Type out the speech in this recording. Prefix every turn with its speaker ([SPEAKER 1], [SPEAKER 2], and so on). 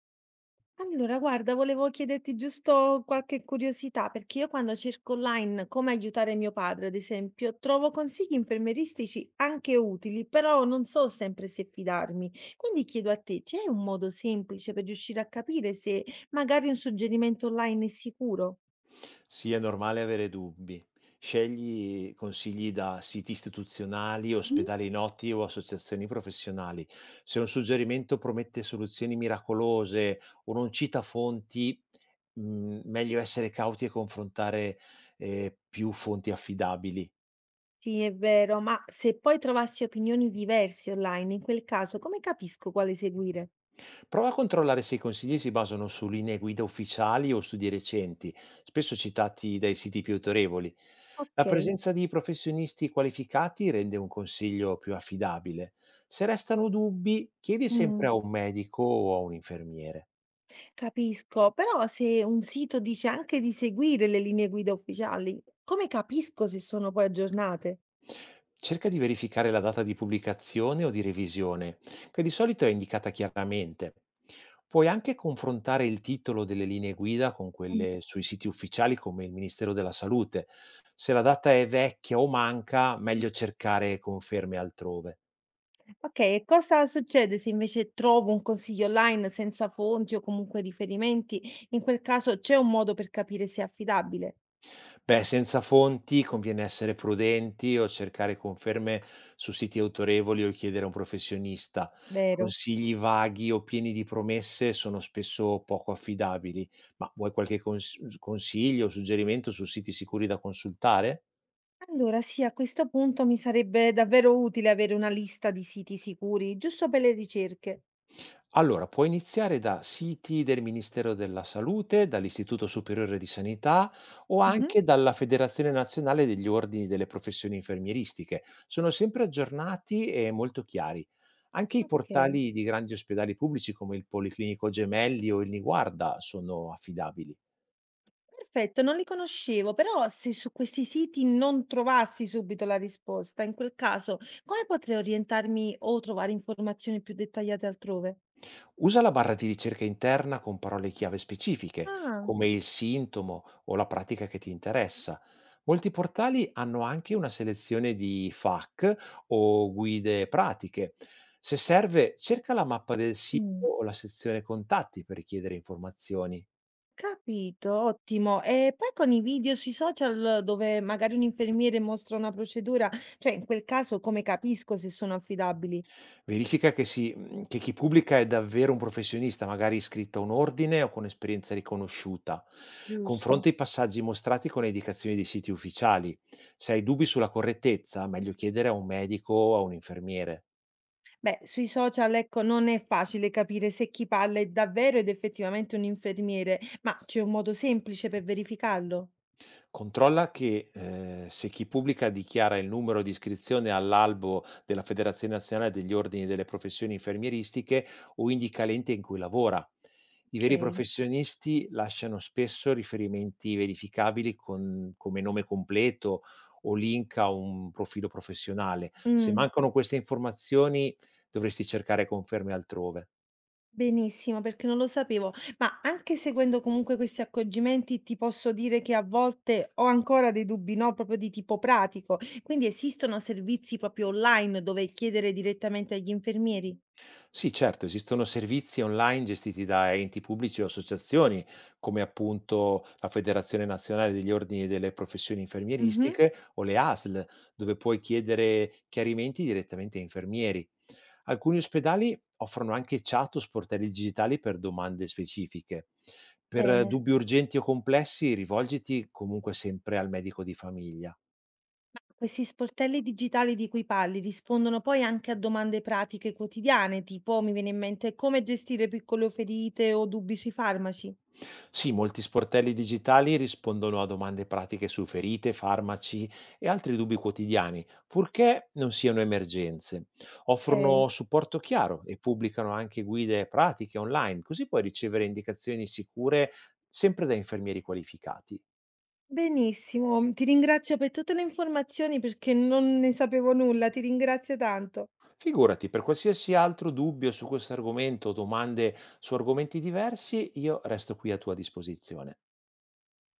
[SPEAKER 1] Allora guarda, volevo chiederti giusto qualche curiosità, perché io quando cerco online come aiutare mio padre, ad esempio, trovo consigli infermieristici anche utili, però non so sempre se fidarmi. Quindi chiedo a te, c'è un modo semplice per riuscire a capire se magari un suggerimento online è sicuro?
[SPEAKER 2] Sì, è normale avere dubbi. Scegli consigli da siti istituzionali,
[SPEAKER 1] Mhm.
[SPEAKER 2] ospedali noti o associazioni professionali. Se un suggerimento promette soluzioni miracolose o non cita fonti, meglio essere cauti e confrontare più fonti affidabili.
[SPEAKER 1] Sì, è vero, ma se poi trovassi opinioni diverse online, in quel caso, come capisco quale seguire?
[SPEAKER 2] Prova a controllare se i consigli si basano su linee guida ufficiali o studi recenti, spesso citati dai siti più autorevoli. La
[SPEAKER 1] Ok.
[SPEAKER 2] presenza di professionisti qualificati rende un consiglio più affidabile. Se restano dubbi, chiedi sempre
[SPEAKER 1] Mm.
[SPEAKER 2] a un medico o a un infermiere.
[SPEAKER 1] Capisco, però se un sito dice anche di seguire le linee guida ufficiali, come capisco se sono poi aggiornate?
[SPEAKER 2] Cerca di verificare la data di pubblicazione o di revisione, che di solito è indicata chiaramente. Puoi anche confrontare il titolo delle linee guida con
[SPEAKER 1] Mm.
[SPEAKER 2] quelle sui siti ufficiali come il Ministero della Salute. Se la data è vecchia o manca, meglio cercare conferme altrove.
[SPEAKER 1] Ok, e cosa succede se invece trovo un consiglio online senza fonti o comunque riferimenti? In quel caso c'è un modo per capire se è affidabile?
[SPEAKER 2] Beh, senza fonti conviene essere prudenti o cercare conferme su siti autorevoli o chiedere a un professionista.
[SPEAKER 1] Vero.
[SPEAKER 2] Consigli vaghi o pieni di promesse sono spesso poco affidabili, ma vuoi qualche consiglio o suggerimento su siti sicuri da consultare?
[SPEAKER 1] Allora, sì, a questo punto mi sarebbe davvero utile avere una lista di siti sicuri, giusto per le ricerche.
[SPEAKER 2] Allora, puoi iniziare da siti del Ministero della Salute, dall'Istituto Superiore di Sanità o
[SPEAKER 1] Mhm.
[SPEAKER 2] anche dalla Federazione Nazionale degli Ordini delle Professioni Infermieristiche. Sono sempre aggiornati e molto chiari. Anche i
[SPEAKER 1] Ok.
[SPEAKER 2] portali di grandi ospedali pubblici come il Policlinico Gemelli o il Niguarda sono affidabili.
[SPEAKER 1] Perfetto, non li conoscevo, però se su questi siti non trovassi subito la risposta, in quel caso come potrei orientarmi o trovare informazioni più dettagliate altrove?
[SPEAKER 2] Usa la barra di ricerca interna con parole chiave specifiche,
[SPEAKER 1] Ah,
[SPEAKER 2] come il sintomo o la pratica che ti interessa. Molti portali hanno anche una selezione di FAQ o guide pratiche. Se serve, cerca la mappa del sito
[SPEAKER 1] mm,
[SPEAKER 2] o la sezione contatti per richiedere informazioni.
[SPEAKER 1] capito, ottimo. E poi con i video sui social dove magari un infermiere mostra una procedura, cioè in quel caso come capisco se sono affidabili?
[SPEAKER 2] Verifica che chi pubblica è davvero un professionista, magari iscritto a un ordine o con esperienza riconosciuta.
[SPEAKER 1] Giusto.
[SPEAKER 2] Confronta i passaggi mostrati con le indicazioni dei siti ufficiali. Se hai dubbi sulla correttezza, meglio chiedere a un medico o a un infermiere.
[SPEAKER 1] Beh, sui social, ecco, non è facile capire se chi parla è davvero ed effettivamente un infermiere, ma c'è un modo semplice per verificarlo?
[SPEAKER 2] Controlla se chi pubblica dichiara il numero di iscrizione all'albo della Federazione Nazionale degli Ordini delle Professioni Infermieristiche o indica l'ente in cui lavora. I veri
[SPEAKER 1] Okay.
[SPEAKER 2] professionisti lasciano spesso riferimenti verificabili con come nome completo o link a un profilo professionale. Se
[SPEAKER 1] Mh,
[SPEAKER 2] mancano queste informazioni, dovresti cercare conferme altrove.
[SPEAKER 1] benissimo, perché non lo sapevo. Ma anche seguendo comunque questi accorgimenti, ti posso dire che a volte ho ancora dei dubbi, no, proprio di tipo pratico. Quindi esistono servizi proprio online dove chiedere direttamente agli infermieri?
[SPEAKER 2] Sì, certo, esistono servizi online gestiti da enti pubblici o associazioni, come appunto la Federazione Nazionale degli Ordini delle Professioni
[SPEAKER 1] Mh-mh.
[SPEAKER 2] Infermieristiche o le ASL, dove puoi chiedere chiarimenti direttamente ai infermieri. Alcuni ospedali offrono anche chat o sportelli digitali per domande specifiche. Per
[SPEAKER 1] Bene.
[SPEAKER 2] dubbi urgenti o complessi, rivolgiti comunque sempre al medico di famiglia.
[SPEAKER 1] Ma questi sportelli digitali di cui parli rispondono poi anche a domande pratiche quotidiane, tipo mi viene in mente come gestire piccole ferite o dubbi sui farmaci?
[SPEAKER 2] Sì, molti sportelli digitali rispondono a domande pratiche su ferite, farmaci e altri dubbi quotidiani, purché non siano emergenze.
[SPEAKER 1] Okay.
[SPEAKER 2] Offrono supporto chiaro e pubblicano anche guide pratiche online, così puoi ricevere indicazioni sicure sempre da infermieri qualificati.
[SPEAKER 1] Benissimo, ti ringrazio per tutte le informazioni perché non ne sapevo nulla, ti ringrazio tanto.
[SPEAKER 2] Figurati, per qualsiasi altro dubbio su questo argomento o domande su argomenti diversi, io resto qui a tua disposizione.